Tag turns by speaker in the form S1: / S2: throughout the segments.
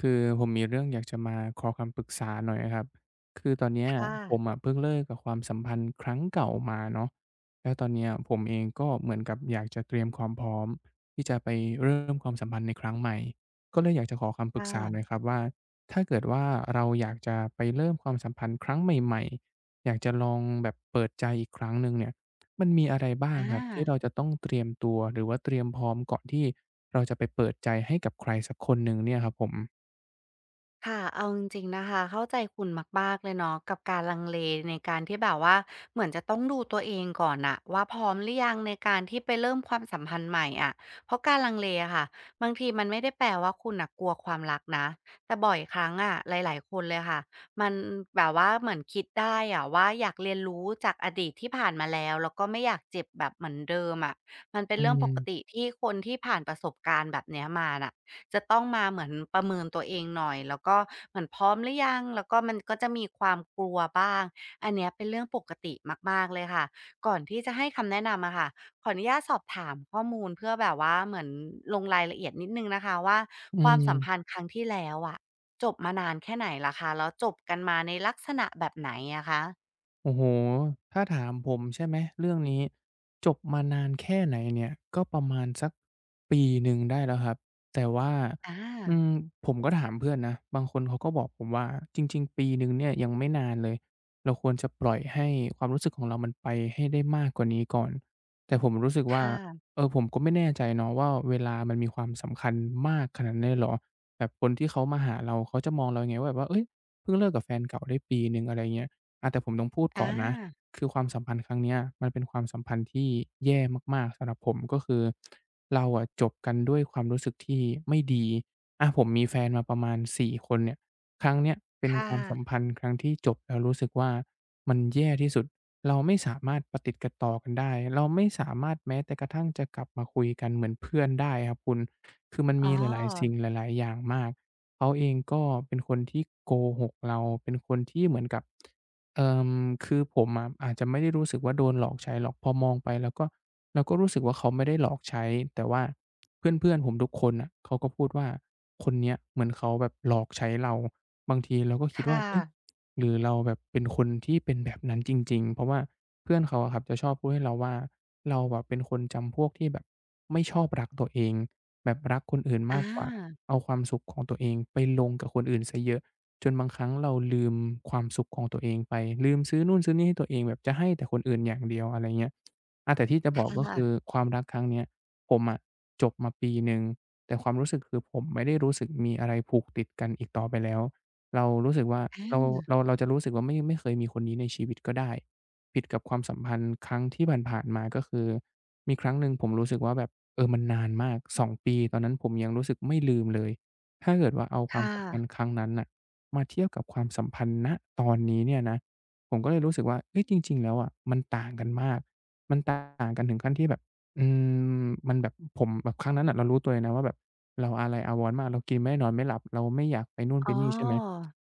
S1: คือผมมีเรื่องอยากจะมาขอคำปรึกษาหน่อยครับคือตอนเนี้ย
S2: ค่ะ
S1: ผมอะเพิ่งเลิกกับความสัมพันธ์ครั้งเก่ามาเนาะแล้วตอนเนี้ยผมเองก็เหมือนกับอยากจะเตรียมความพร้อมที่จะไปเริ่มความสัมพันธ์ในครั้งใหม่ก็เลยอยากจะขอคำปรึก
S2: ค่ะ
S1: ษาหน่อยครับว่าถ้าเกิดว่าเราอยากจะไปเริ่มความสัมพันธ์ครั้งใหม่ๆอยากจะลองแบบเปิดใจอีกครั้งหนึ่งเนี่ยมันมีอะไรบ้าง
S2: อา
S1: ครับที่เราจะต้องเตรียมตัวหรือว่าเตรียมพร้อมก่อนที่เราจะไปเปิดใจให้กับใครสักคนหนึ่งเนี่ยครับผม
S2: ค่ะเอาจริงๆนะคะเข้าใจคุณมากๆเลยเนาะกับการลังเลในการที่แบบว่า เหมือนจะต้องดูตัวเองก่อนน่ะว่าพร้อมหรือยังในการที่ไปเริ่มความสัมพันธ์ใหม่อะเพราะการลังเลอะค่ะบางทีมันไม่ได้แปลว่าคุณน่ะกลัวความรักนะ แต่บ่อยครั้งอะหลายๆ คนเลยค่ะมันแบบว่าเหมือนคิดได้อะว่าอยากเรียนรู้จากอดีตที่ผ่านมาแล้วแล้วก็ไม่อยากเจ็บแบบเหมือนเดิมอะมันเป็น
S1: อื
S2: เรื่องปกติ
S1: ม
S2: ที่คนที่ผ่านประสบการณ์แบบเนี้ยมาน่ะ จะต้องมาเหมือนประเมินตัวเองหน่อยแล้วก็เหมือนพร้อมหรือยังแล้วก็มันก็จะมีความกลัวบ้างอันเนี้ยเป็นเรื่องปกติมากๆเลยค่ะก่อนที่จะให้คำแนะนำอะค่ะขออนุญาตสอบถามข้อมูลเพื่อแบบว่าเหมือนลงรายละเอียดนิดหนึ่งนะคะว่า
S1: อื
S2: ความสัมพัน
S1: ม
S2: ธ์ครั้งที่แล้วอะจบมานานแค่ไหนล่ะคะแล้วจบกันมาในลักษณะแบบไหนอะคะ
S1: โอ้โหถ้าถามผมใช่ไหมเรื่องนี้จบมานานแค่ไหนเนี่ยก็ประมาณสักปีหนึ่งได้แล้วครับแต่ว่า
S2: อ
S1: อื
S2: า
S1: มผมก็ถามเพื่อนนะบางคนเขาก็บอกผมว่าจริงๆปีหนึ่งเนี่ยยังไม่นานเลยเราควรจะปล่อยให้ความรู้สึกของเรามันไปให้ได้มากกว่านี้ก่อนแต่ผมรู้สึก
S2: ค
S1: ว่า
S2: ่ะ
S1: เออผมก็ไม่แน่ใจเนาะว่าเวลามันมีความสำคัญมากขนาดนั้นเลยเหรอแบบคนที่เขามาหาเราเขาจะมองเรายังไงว่าแบบว่าเฮ้ยเพิ่งเลิกกับแฟนเก่าได้ปีหนึ่งอะไรเงี้ย อาแต่ผมต้องพูดก่อ
S2: อา
S1: นนะ คือความสัมพันธ์ครั้งเนี้ยมันเป็นความสัมพันธ์ที่แย่มากๆสำหรับผมก็คือเราอะจบกันด้วยความรู้สึกที่ไม่ดีอาผมมีแฟนมาประมาณ4คนเนี่ยครั้งเนี้ยเป็นค
S2: ค่ะ
S1: วามสัมพันธ์ครั้งที่จบแล้วรู้สึกว่ามันแย่ที่สุดเราไม่สามารถประติดประต่อกันได้เราไม่สามารถแม้แต่กระทั่งจะกลับมาคุยกันเหมือนเพื่อนได้ครับคุณคือมัน
S2: อ๋
S1: มีหลายๆสิ่ง
S2: อ
S1: หลายๆอย่างมากเขาเองก็เป็นคนที่โกหกเราเป็นคนที่เหมือนกับ เอ่อคือผมอะอาจจะไม่ได้รู้สึกว่าโดนหลอกใช้หรอกพอมองไปแล้วก็เราก็รู้สึกว่าเขาไม่ได้หลอกใช้แต่ว่าเพื่อนๆผมทุกคนน่ะเขาก็พูดว่าคนเนี้ยเหมือนเขาแบบหลอกใช้เราบางทีเราก็คิดว่า
S2: ค่ะ
S1: เอ๊ะหรือเราแบบเป็นคนที่เป็นแบบนั้นจริงๆเพราะว่าเพื่อนเขาอะครับจะชอบพูดให้เราว่าเราอะเป็นคนจำพวกที่แบบไม่ชอบรักตัวเองแบบรักคนอื่น
S2: อ
S1: มากกว่า
S2: า
S1: เอาความสุขของตัวเองไปลงกับคนอื่นเสียเยอะ จนบางครั้งเราลืมความสุขของตัวเองไปลืมซื้อนู่นซื้อนี่ให้ตัวเองแบบจะให้แต่คนอื่นอย่างเดียวอะไรเงี้ยอาแต่ที่จะ
S2: ค
S1: บอกก็คือ
S2: ่ะ
S1: ความรักครั้งเนี้ยผมอะจบมาปีหนึ่งแต่ความรู้สึกคือผมไม่ได้รู้สึกมีอะไรผูกติดกันอีกต่อไปแล้วเรารู้สึกว่าเรา
S2: อา
S1: เราเราจะรู้สึกว่าไม่เคยมีคนนี้ในชีวิตก็ได้ผิดกับความสัมพันธ์ครั้งที่ผ่านๆมาก็คือมีครั้งหนึ่งผมรู้สึกว่าแบบเออมันนานมากสองปีตอนนั้นผมยังรู้สึกไม่ลืมเลยถ้าเกิดว่าเอาความ
S2: ค่
S1: สัมพันธ์
S2: ะ
S1: ครั้งนั้นน่ะ มาเทียบกับความสัมพันธ์ณตอนนี้เนี่ยนะผมก็เลยรู้สึกว่าเฮ้ยจริงๆแล้วอะมันต่างกันมากมันต่างกันถึงขั้นที่แบบอืมันแบบผมแบบครั้งนั้นน่ะเรารู้ตัวเลยนะว่าแบบเราอาลัยอาวรณ์มากเรากินไม่ได้นอนไม่หลับเราไม่อยากไปนู่น
S2: อ๋
S1: ไป
S2: อ
S1: นี่ใช่ไหม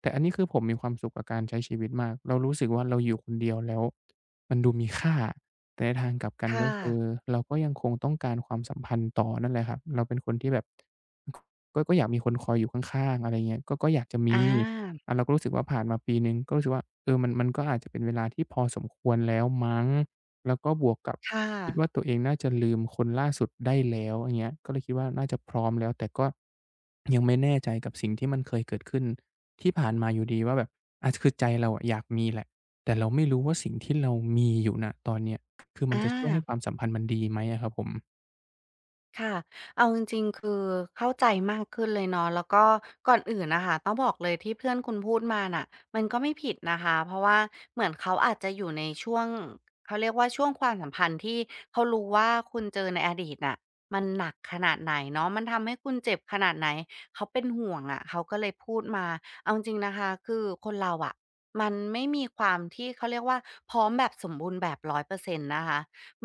S1: แต่อันนี้คือผมมีความสุขกับการใช้ชีวิตมากเรารู้สึกว่าเราอยู่คนเดียวแล้วมันดูมีค่าแต่ในทางกลับกันก็
S2: ค่ะ
S1: คือเราก็ยังคงต้องการความสัมพันธ์ต่อนั่นแหละครับเราเป็นคนที่แบบ ก็อยากมีคนคอยอยู่ข้างๆอะไรเงี้ยก็อยากจะมี
S2: อา
S1: อาเราก็รู้สึกว่าผ่านมาปีหนึ่งก็รู้สึกว่าเออมันก็อาจจะเป็นเวลาที่พอสมควรแล้วมั้งแล้วก็บวกกับ
S2: ค่ะ
S1: คิดว่าตัวเองน่าจะลืมคนล่าสุดได้แล้วอย่างเงี้ยก็เลยคิดว่าน่าจะพร้อมแล้วแต่ก็ยังไม่แน่ใจกับสิ่งที่มันเคยเกิดขึ้นที่ผ่านมาอยู่ดีว่าแบบอาคือใจเราอะอยากมีแหละแต่เราไม่รู้ว่าสิ่งที่เรามีอยู่ณตอนเนี้ยคือมันจะช่วยให้
S2: อา
S1: ความสัมพันธ์มันดีไหมอะครับผม
S2: ค่ะ เอาจริงๆคือเข้าใจมากขึ้นเลยเนาะแล้วก็ก่อนอื่นน่ะค่ะต้องบอกเลยที่เพื่อนคุณพูดมาน่ะมันก็ไม่ผิดนะคะเพราะว่าเหมือนเขาอาจจะอยู่ในช่วงเขาเรียกว่าช่วงความสัมพันธ์ที่เขารู้ว่าคุณเจอในอดีตน่ะมันหนักขนาดไหนเนาะมันทำให้คุณเจ็บขนาดไหนเขาเป็นห่วงอะเขาก็เลยพูดมา เอาจริงๆนะคะคือคนเราอะมันไม่มีความที่เขาเรียกว่าพร้อมแบบสมบูรณ์แบบ100%นต์นะคะ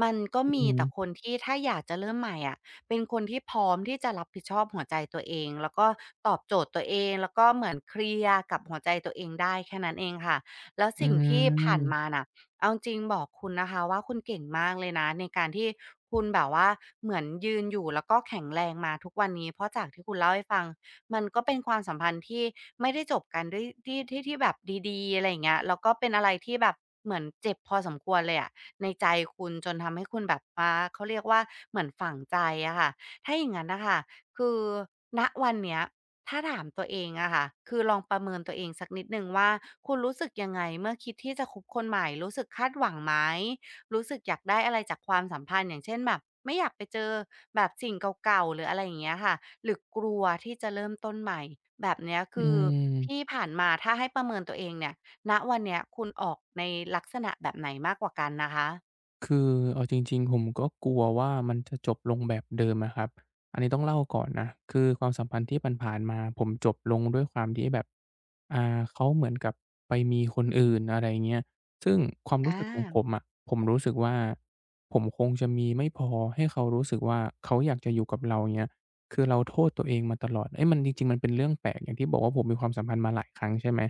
S2: มันก็มี
S1: อืม
S2: แต่คนที่ถ้าอยากจะเริ่มใหม่อะ เป็นคนที่พร้อมที่จะรับผิดชอบหัวใจตัวเองแล้วก็ตอบโจทย์ตัวเองแล้วก็เหมือนเคลียร์กับหัวใจตัวเองได้แค่นั้นเองค่ะแล้ว
S1: อื
S2: สิ่งที่ผ่านมา
S1: ม
S2: น่ะเอาจริงบอกคุณนะคะว่าคุณเก่งมากเลยนะในการที่คุณแบบว่าเหมือนยืนอยู่แล้วก็แข็งแรงมาทุกวันนี้เพราะจากที่คุณเล่าให้ฟังมันก็เป็นความสัมพันธ์ที่ไม่ได้จบกันด้วยที่แบบดีๆอะไรอย่างเงี้ยแล้วก็เป็นอะไรที่แบบเหมือนเจ็บพอสมควรเลยอะ ในใจคุณจนทำให้คุณแบบว่าเขาเรียกว่าเหมือนฝังใจอะค่ะถ้าอย่างงั้นนะคะคือณวันเนี้ยถ้าถามตัวเองอะค่ะคือลองประเมินตัวเองสักนิดหนึ่งว่าคุณรู้สึกยังไงเมื่อคิดที่จะคบคนใหม่รู้สึกคาดหวังไหมรู้สึกอยากได้อะไรจากความสัมพันธ์อย่างเช่นแบบไม่อยากไปเจอแบบสิ่งเก่าๆหรืออะไรอย่างเงี้ยค่ะหรือกลัวที่จะเริ่มต้นใหม่แบบเนี้ย
S1: อื
S2: คือที่
S1: ม
S2: ผ่านมาถ้าให้ประเมินตัวเองเนี่ย ณวันเนี้ยคุณออกในลักษณะแบบไหนมากกว่ากันนะคะ
S1: คือเอาจริงๆผมก็กลัวว่ามันจะจบลงแบบเดิมอะครับอันนี้ต้องเล่าก่อนนะคือความสัมพันธ์ที่ผ่านๆมาผมจบลงด้วยความที่แบบเขาเหมือนกับไปมีคนอื่นอะไรอย่างเงี้ยซึ่งความรู้สึกของ
S2: อา
S1: ผมอะผมรู้สึกว่าผมคงจะมีไม่พอให้เขารู้สึกว่าเขาอยากจะอยู่กับเราอย่างเงี้ยคือเราโทษตัวเองมาตลอดเอ๊ะมันจริงๆมันเป็นเรื่องแปลกอย่างที่บอกว่าผมมีความสัมพันธ์มาหลายครั้งใช่ไหม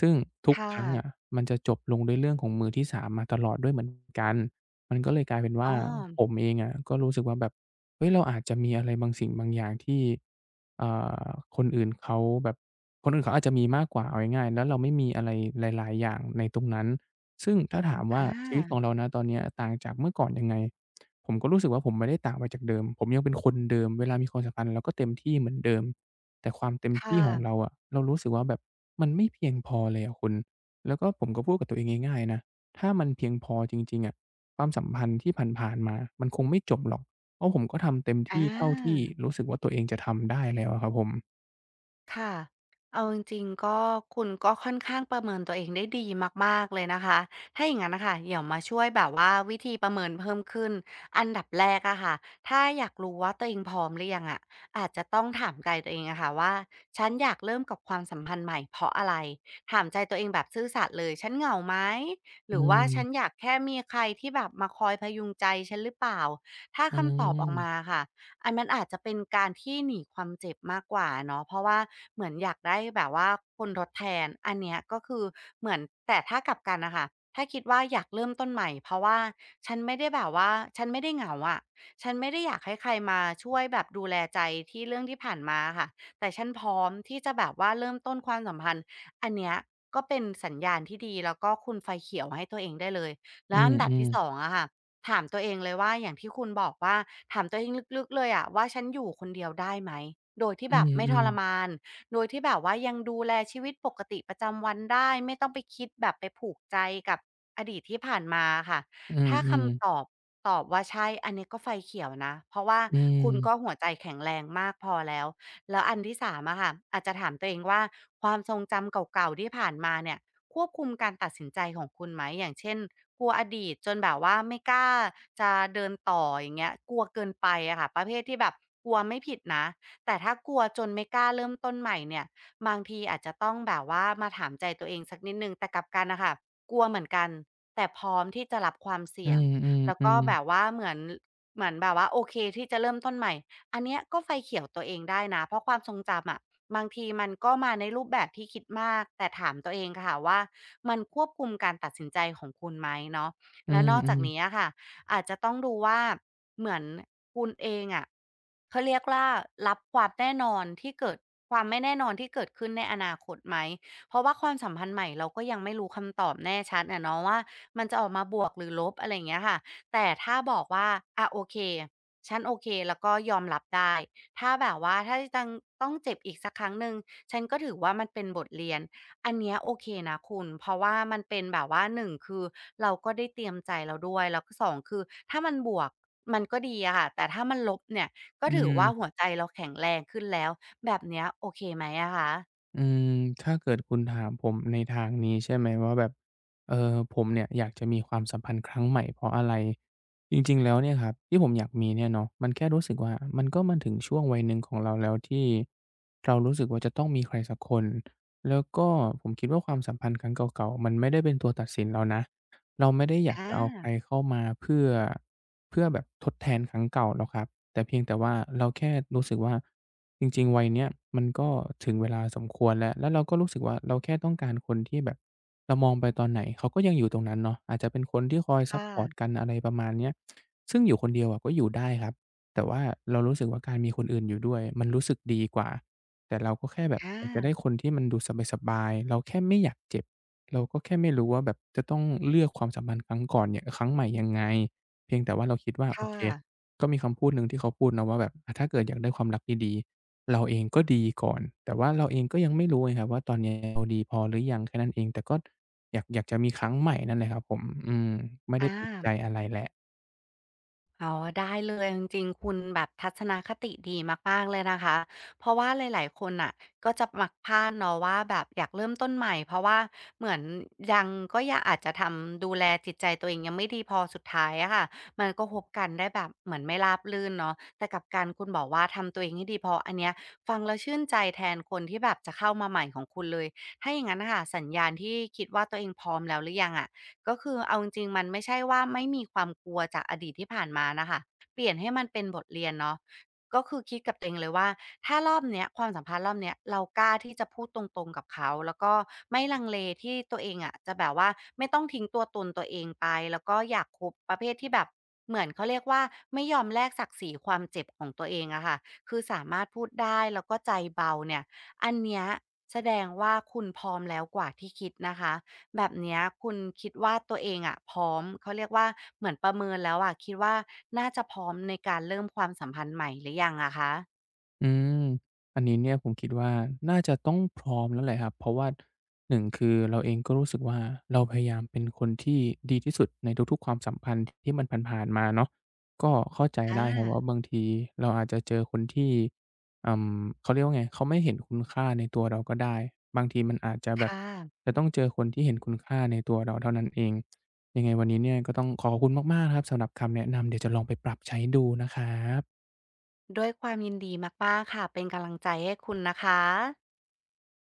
S1: ซึ่งทุกค
S2: ค่ะ
S1: รั้งอะมันจะจบลงด้วยเรื่องของมือที่สามมาตลอดด้วยเหมือนกัน มันก็เลยกลายเป็นว่า
S2: อ๋อ
S1: ผมเองอะก็รู้สึกว่าแบบเฮ้ยเราอาจจะมีอะไรบางสิ่งบางอย่างที่เอ่าคนอื่นเขาแบบคนอื่นเขาอาจจะมีมากกว่าเอาง่ายๆแล้วเราไม่มีอะไรหลายๆอย่างในตรงนั้นซึ่งถ้าถาม
S2: อ
S1: ว่าชีวิตของ
S2: า
S1: เราณตอนเนี้ยต่างจากเมื่อก่อนยังไงผมก็รู้สึกว่าผมไม่ได้ต่างไปจากเดิมผมยังเป็นคนเดิมเวลามีความสัมพันธ์เราก็เต็มที่เหมือนเดิมแต่ความเต็มที่
S2: ค่ะ
S1: ของเราอะเรารู้สึกว่าแบบมันไม่เพียงพอเลยอะคุณแล้วก็ผมก็พูดกับตัวเองง่ายๆนะถ้ามันเพียงพอจริงๆอะ ความสัมพันธ์ที่ผ่านๆมามันคงไม่จบหรอก เพราะผมก็ทำเต็ม
S2: อ
S1: ที่เท่าที่
S2: า
S1: รู้สึกว่าตัวเองจะทำได้แล้วอะครับผม
S2: ค่ะเอาจริงๆก็คุณก็ค่อนข้างประเมินตัวเองได้ดีมากๆเลยนะคะถ้าอย่างงั้นนะคะเดี๋ยวมาช่วยแบบว่าวิธีประเมินเพิ่มขึ้นอันดับแรกอะค่ะถ้าอยากรู้ว่าตัวเองพร้อมหรือยังอะอาจจะต้องถามใจตัวเองอะค่ะว่าฉันอยากเริ่มกับความสัมพันธ์ใหม่เพราะอะไรถามใจตัวเองแบบซื่อสัตย์เลย ฉันเหงาไหมห
S1: อื
S2: รือ
S1: ม
S2: ว่าฉันอยากแค่มีใครที่แบบมาคอยพยุงใจฉันหรือเปล่าถ้า
S1: อื
S2: คำตอบอ
S1: ม
S2: อกมาค่ะ อันนั้นอาจจะเป็นการที่หนีความเจ็บมากกว่าเนาะเพราะว่าเหมือนอยากได้แบบว่าคนทดแทนอันเนี้ยก็คือเหมือนแต่ถ้ากลับกันน่ะค่ะถ้าคิดว่าอยากเริ่มต้นใหม่เพราะว่าฉันไม่ได้แบบว่าฉันไม่ได้เหงาอะฉันไม่ได้อยากให้ใครมาช่วยแบบดูแลใจที่เรื่องที่ผ่านมาอะค่ะแต่ฉันพร้อมที่จะแบบว่าเริ่มต้นความสัมพันธ์อันเนี้ยก็เป็นสัญญาณที่ดีแล้วก็คุณไฟเขียวให้ตัวเองได้เลย
S1: อื
S2: แล้ว
S1: ม
S2: อันดับ
S1: อืม
S2: ที่2องอะค่ะ ถามตัวเองเลยว่าอย่างที่คุณบอกว่าถามตัวเองลึกๆเลยอะว่าฉันอยู่คนเดียวได้ไหมโดยที่
S1: อื
S2: แบบไม่ทร
S1: ม
S2: มานโดยที่แบบว่ายังดูแลชีวิตปกติประจำวันได้ไม่ต้องไปคิดแบบไปผูกใจกับอดีตที่ผ่านมาค่ะ
S1: อืม
S2: ถ้า
S1: อืม
S2: คำตอบตอบว่าใช่อันนี้ก็ไฟเขียวนะเพราะว่า
S1: อื
S2: คุณก็
S1: ม
S2: หัวใจแข็งแรงมากพอแล้วแล้วอันที่สามอะค่ะอาจจะถามตัวเองว่าความทรงจำเก่าๆที่ผ่านมาเนี่ย ควบคุมการตัดสินใจของคุณไหมอย่างเช่นกลัวอดีตจนแบบว่าไม่กล้าจะเดินต่ออย่างเงี้ยกลัวเกินไปอะค่ะประเภทที่แบบกลัวไม่ผิดนะแต่ถ้ากลัวจนไม่กล้าเริ่มต้นใหม่เนี่ยบางทีอาจจะต้องแบบว่ามาถามใจตัวเองสักนิดหนึ่งแต่กลับกันน่ะค่ะกลัวเหมือนกันแต่พร้อมที่จะรับความ
S1: อื
S2: เสี่ยง
S1: มอืม
S2: แล้ว
S1: อื
S2: ก็
S1: ม
S2: แบบว่าเหมือนแบบว่าโอเคที่จะเริ่มต้นใหม่อันเนี้ยก็ไฟเขียวตัวเองได้นะเพราะความทรงจำอะ บางทีมันก็มาในรูปแบบที่คิดมากแต่ถามตัวเองค่ะว่ามันควบคุมการตัดสินใจของคุณไหมเนาะ
S1: อื
S2: แล้ว
S1: ม
S2: นอก
S1: อื
S2: จา
S1: ม
S2: กนี้อะค่ะอาจจะต้องดูว่าเหมือนคุณเองอะเขาเรียกว่ารับความแน่นอนที่เกิดความไม่แน่นอนที่เกิดขึ้นในอนาคตไหมเพราะว่าความสัมพันธ์ใหม่เราก็ยังไม่รู้คำตอบแน่ชัดอะเนาะว่ามันจะออกมาบวกหรือลบอะไรอย่างเงี้ยค่ะแต่ถ้าบอกว่าอะโอเคฉันโอเคแล้วก็ยอมรับได้ ถ้าแบบว่าถ้าจังต้องเจ็บอีกสักครั้งหนึ่งฉันก็ถือว่ามันเป็นบทเรียนอันเนี้ยโอเคนะคุณเพราะว่ามันเป็นแบบว่า1คือเราก็ได้เตรียมใจเราด้วยแล้วก็2คือถ้ามันบวกมันก็ดีอะค่ะแต่ถ้ามันลบเนี่ยก็
S1: อื
S2: ถือว่าหัว
S1: ม
S2: ใจเราแข็งแรงขึ้นแล้วแบบเนี้ยโอเคไหมอะคะ
S1: อืมถ้าเกิดคุณถามผมในทางนี้ใช่ไหมว่าแบบเออผมเนี่ยอยากจะมีความสัมพันธ์ครั้งใหม่เพราะอะไรจริงๆแล้วเนี่ยครับที่ผมอยากมีเนี่ยเนาะมันแค่รู้สึกว่ามันก็มาถึงช่วงวัยหนึ่งของเราแล้วที่เรารู้สึกว่าจะต้องมีใครสักคนแล้วก็ผมคิดว่าความสัมพันธ์ครั้งเก่าๆ มันไม่ได้เป็นตัวตัดสินเรานะ เราไม่ได้อยา
S2: อ
S1: กจะเอาใคร
S2: า
S1: เข้ามาเพื่อแบบทดแทนครั้งเก่าหรอกครับแต่เพียงแต่ว่าเราแค่รู้สึกว่าจริงๆวัยเนี้ยมันก็ถึงเวลาสมควรแล้วแล้วเราก็รู้สึกว่าเราแค่ต้องการคนที่แบบเรามองไปตอนไหนเขาก็ยังอยู่ตรงนั้นเนาะอาจจะเป็นคนที่คอยซัป
S2: ค่ะ
S1: พอร์ตกันอะไรประมาณเนี้ยซึ่งอยู่คนเดียวอะก็อยู่ได้ครับแต่ว่าเรารู้สึกว่าการมีคนอื่นอยู่ด้วยมันรู้สึกดีกว่าแต่เราก็แค่แบบ
S2: อา
S1: อยากจะได้คนที่มันดูสบายๆเราแค่ไม่อยากเจ็บ เราก็แค่ไม่รู้ว่าแบบจะต้องเลือกความสัมพันธ์ครั้งก่อนเนี่ยครั้งใหม่ยังไงเพียงแต่ว่าเราคิดว่าโอ
S2: ค่ะ
S1: เคก็มีคำพูดหนึ่งที่เขาพูดเนาะว่าแบบอะถ้าเกิดอยากได้ความรักดีๆเราเองก็ดีก่อนแต่ว่าเราเองก็ยังไม่รู้ไงครับว่าตอนเนี้ยเราดีพอหรือยังแค่นั้นเองแต่ก็อยากจะมีครั้งใหม่นั่นแหละครับผมอืมไม่ได้ติดใจ
S2: อา
S1: อะไรแหละ
S2: อ๋อได้เลยจริงๆคุณแบบทัศนคติดีมากๆเลยนะคะเพราะว่าหลายๆคนอ่ะก็จะมักพลาดเนาะว่าแบบอยากเริ่มต้นใหม่เพราะว่าเหมือนยังก็ยังอาจจะทำดูแลจิตใจตัวเองยังไม่ดีพอสุดท้ายอะค่ะมันก็คบกันได้แบบเหมือนไม่ราบรื่นเนาะแต่กลับการคุณบอกว่าทำตัวเองให้ดีพออันเนี้ยฟังแล้วชื่นใจแทนคนที่แบบจะเข้ามาใหม่ของคุณเลยถ้าอย่างนั้นนะค่ะสัญญาณที่คิดว่าตัวเองพร้อมแล้วหรือยังอะ ก็คือเอาจริงๆมันไม่ใช่ว่าไม่มีความกลัวจากอดีตที่ผ่านมานะคะเปลี่ยนให้มันเป็นบทเรียนเนาะก็คือคิดกับตัวเองเลยว่าถ้ารอบเนี้ยความสัมพันธ์รอบเนี้ยเรากล้าที่จะพูดตรงๆกับเขาแล้วก็ไม่ลังเลที่ตัวเองอะจะแบบว่าไม่ต้องทิ้งตัวตนตัวเองไปแล้วก็อยากคบประเภทที่แบบเหมือนเขาเรียกว่าไม่ยอมแลกศักดิ์ศรีความเจ็บของตัวเองอะค่ะคือสามารถพูดได้แล้วก็ใจเบาเนี่ยอันเนี้ยแสดงว่าคุณพร้อมแล้วกว่าที่คิดนะคะ แบบเนี้ยคุณคิดว่าตัวเองอะพร้อมเขาเรียกว่าเหมือนประเมินแล้วอะคิดว่าน่าจะพร้อมในการเริ่มความสัมพันธ์ใหม่หรือยังอะคะ
S1: อืมอันนี้เนี่ยผมคิดว่าน่าจะต้องพร้อมแล้วแหละครับเพราะว่า1คือเราเองก็รู้สึกว่าเราพยายามเป็นคนที่ดีที่สุดในทุกๆความสัมพันธ์ที่มันผ่านๆมาเนาะก็เข้าใจ
S2: อา
S1: ได้ครับว่าบางทีเราอาจจะเจอคนที่อืมเขาเรียกว่าไงเขาไม่เห็นคุณค่าในตัวเราก็ได้บางทีมันอาจจะ
S2: ค
S1: แบบ
S2: ่ะ
S1: จะต้องเจอคนที่เห็นคุณค่าในตัวเราเท่านั้นเองยังไงวันนี้เนี่ยก็ต้องขอขอบคุณมากๆนะครับสำหรับคำแนะนำเดี๋ยวจะลองไปปรับใช้ดูนะครับ
S2: ด้วยความยินดีมากๆค่ะเป็นกำลังใจให้คุณนะคะ